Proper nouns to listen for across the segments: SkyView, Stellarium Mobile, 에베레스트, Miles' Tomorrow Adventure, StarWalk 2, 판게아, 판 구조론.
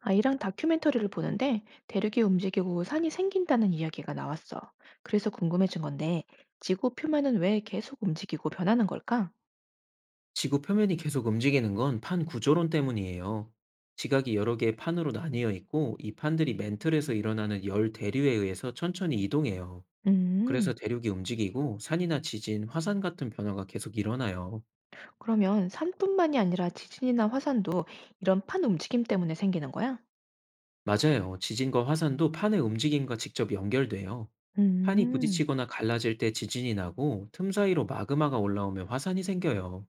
아이랑 다큐멘터리를 보는데 대륙이 움직이고 산이 생긴다는 이야기가 나왔어. 그래서 궁금해진 건데 지구 표면은 왜 계속 움직이고 변하는 걸까? 지구 표면이 계속 움직이는 건 판 구조론 때문이에요. 지각이 여러 개의 판으로 나뉘어 있고, 이 판들이 맨틀에서 일어나는 열 대류에 의해서 천천히 이동해요. 음, 그래서 대륙이 움직이고 산이나 지진, 화산 같은 변화가 계속 일어나요. 그러면 산뿐만이 아니라 지진이나 화산도 이런 판 움직임 때문에 생기는 거야? 맞아요. 지진과 화산도 판의 움직임과 직접 연결돼요. 판이 음. 부딪히거나 갈라질 때 지진이 나고, 틈 사이로 마그마가 올라오면 화산이 생겨요.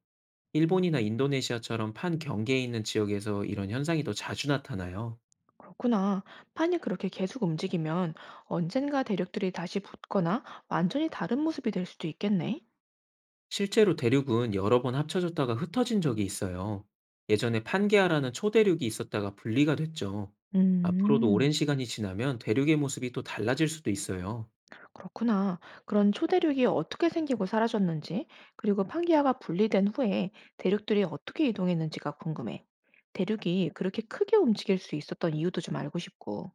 일본이나 인도네시아처럼 판 경계에 있는 지역에서 이런 현상이 더 자주 나타나요. 그렇구나. 판이 그렇게 계속 움직이면 언젠가 대륙들이 다시 붙거나 완전히 다른 모습이 될 수도 있겠네. 실제로 대륙은 여러 번 합쳐졌다가 흩어진 적이 있어요. 예전에 판게아라는 초대륙이 있었다가 분리가 됐죠. 앞으로도 음. 오랜 시간이 지나면 대륙의 모습이 또 달라질 수도 있어요. 그렇구나. 그런 초대륙이 어떻게 생기고 사라졌는지, 그리고 판기아가 분리된 후에 대륙들이 어떻게 이동했는지가 궁금해. 대륙이 그렇게 크게 움직일 수 있었던 이유도 좀 알고 싶고.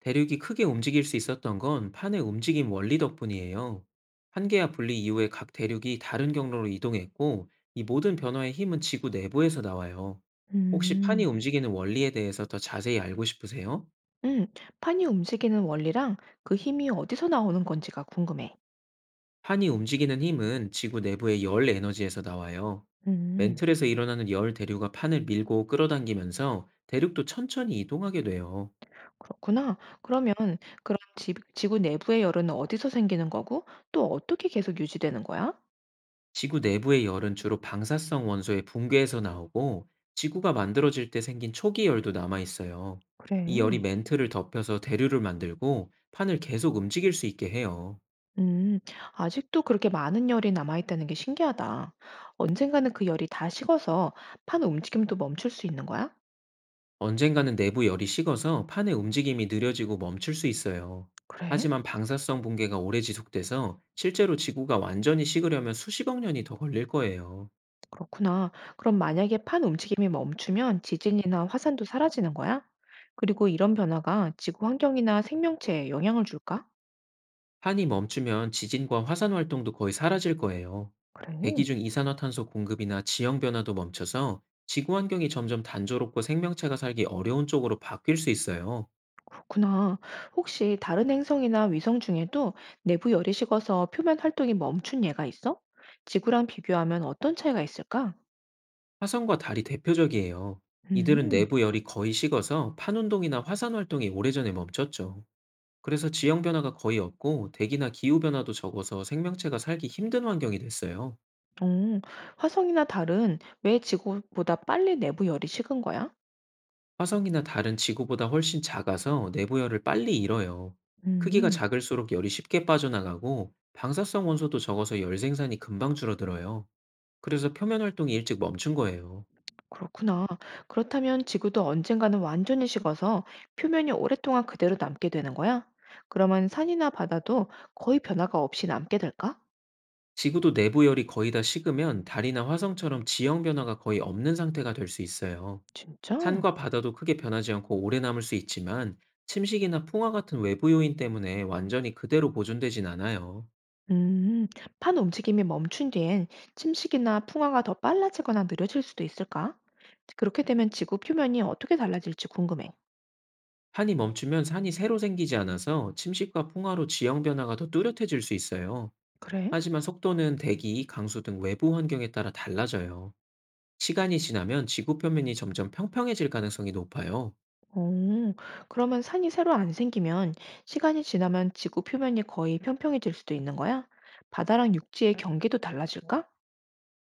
대륙이 크게 움직일 수 있었던 건 판의 움직임 원리 덕분이에요. 판게아 분리 이후에 각 대륙이 다른 경로로 이동했고, 이 모든 변화의 힘은 지구 내부에서 나와요. 혹시 판이 음, 움직이는 원리에 대해서 더 자세히 알고 싶으세요? 음, 판이 움직이는 원리랑 그 힘이 어디서 나오는 건지가 궁금해. 판이 움직이는 힘은 지구 내부의 열 에너지에서 나와요. 음. 맨틀에서 일어나는 열 대류가 판을 밀고 끌어당기면서 대륙도 천천히 이동하게 돼요. 그렇구나. 그러면 지구 내부의 열은 어디서 생기는 거고, 또 어떻게 계속 유지되는 거야? 지구 내부의 열은 주로 방사성 원소의 붕괴에서 나오고, 지구가 만들어질 때 생긴 초기 열도 남아 있어요. 그래. 이 열이 맨틀을 덮여서 대류를 만들고 판을 계속 움직일 수 있게 해요. 음, 아직도 그렇게 많은 열이 남아있다는 게 신기하다. 언젠가는 그 열이 다 식어서 판 움직임도 멈출 수 있는 거야? 언젠가는 내부 열이 식어서 판의 움직임이 느려지고 멈출 수 있어요. 그래? 하지만 방사성 붕괴가 오래 지속돼서 실제로 지구가 완전히 식으려면 수십억 년이 더 걸릴 거예요. 그렇구나. 그럼 만약에 판 움직임이 멈추면 지진이나 화산도 사라지는 거야? 그리고 이런 변화가 지구 환경이나 생명체에 영향을 줄까? 판이 멈추면 지진과 화산 활동도 거의 사라질 거예요. 그래. 대기 중 이산화탄소 공급이나 지형 변화도 멈춰서 지구 환경이 점점 단조롭고 생명체가 살기 어려운 쪽으로 바뀔 수 있어요. 그렇구나. 혹시 다른 행성이나 위성 중에도 내부 열이 식어서 표면 활동이 멈춘 예가 있어? 지구랑 비교하면 어떤 차이가 있을까? 화성과 달이 대표적이에요. 이들은 음. 내부 열이 거의 식어서 판 운동이나 화산 활동이 오래전에 멈췄죠. 그래서 지형 변화가 거의 없고, 대기나 기후 변화도 적어서 생명체가 살기 힘든 환경이 됐어요. 어, 화성이나 달은 왜 지구보다 빨리 내부 열이 식은 거야? 화성이나 다른 지구보다 훨씬 작아서 내부열을 빨리 잃어요. 크기가 음, 작을수록 열이 쉽게 빠져나가고, 방사성 원소도 적어서 열 생산이 금방 줄어들어요. 그래서 표면 활동이 일찍 멈춘 거예요. 그렇구나. 그렇다면 지구도 언젠가는 완전히 식어서 표면이 오랫동안 그대로 남게 되는 거야? 그러면 산이나 바다도 거의 변화가 없이 남게 될까? 지구도 내부열이 거의 다 식으면 달이나 화성처럼 지형 변화가 거의 없는 상태가 될 수 있어요. 진짜? 산과 바다도 크게 변하지 않고 오래 남을 수 있지만, 침식이나 풍화 같은 외부 요인 때문에 완전히 그대로 보존되진 않아요. 음, 판 움직임이 멈춘 뒤엔 침식이나 풍화가 더 빨라지거나 느려질 수도 있을까? 그렇게 되면 지구 표면이 어떻게 달라질지 궁금해. 판이 멈추면 산이 새로 생기지 않아서 침식과 풍화로 지형 변화가 더 뚜렷해질 수 있어요. 그래? 하지만 속도는 대기, 강수 등 외부 환경에 따라 달라져요. 시간이 지나면 지구 표면이 점점 평평해질 가능성이 높아요. 어, 그러면 산이 새로 안 생기면 시간이 지나면 지구 표면이 거의 평평해질 수도 있는 거야? 바다랑 육지의 경계도 달라질까?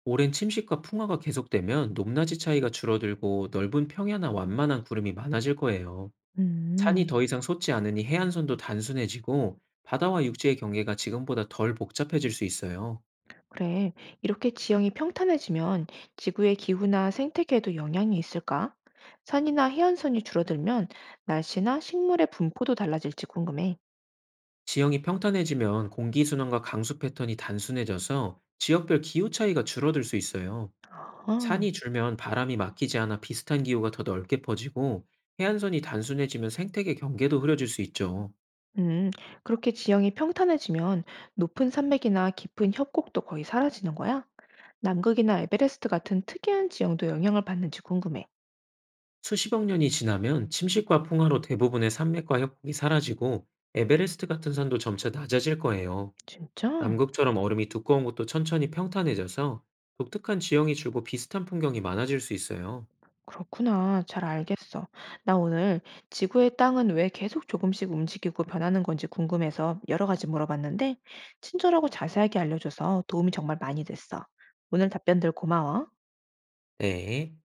오랜 침식과 풍화가 계속되면 높낮이 차이가 줄어들고, 넓은 평야나 완만한 구름이 많아질 거예요. 산이 음. 더 이상 솟지 않으니 해안선도 단순해지고, 바다와 육지의 경계가 지금보다 덜 복잡해질 수 있어요. 그래, 이렇게 지형이 평탄해지면 지구의 기후나 생태계에도 영향이 있을까? 산이나 해안선이 줄어들면 날씨나 식물의 분포도 달라질지 궁금해. 지형이 평탄해지면 공기순환과 강수 패턴이 단순해져서 지역별 기후 차이가 줄어들 수 있어요. 아, 산이 줄면 바람이 막히지 않아 비슷한 기후가 더 넓게 퍼지고, 해안선이 단순해지면 생태계 경계도 흐려질 수 있죠. 음, 그렇게 지형이 평탄해지면 높은 산맥이나 깊은 협곡도 거의 사라지는 거야? 남극이나 에베레스트 같은 특이한 지형도 영향을 받는지 궁금해. 수십억 년이 지나면 침식과 풍화로 대부분의 산맥과 협곡이 사라지고, 에베레스트 같은 산도 점차 낮아질 거예요. 진짜? 남극처럼 얼음이 두꺼운 곳도 천천히 평탄해져서 독특한 지형이 줄고 비슷한 풍경이 많아질 수 있어요. 그렇구나. 잘 알겠어. 나 오늘 지구의 땅은 왜 계속 조금씩 움직이고 변하는 건지 궁금해서 여러 가지 물어봤는데, 친절하고 자세하게 알려줘서 도움이 정말 많이 됐어. 오늘 답변들 고마워. 네.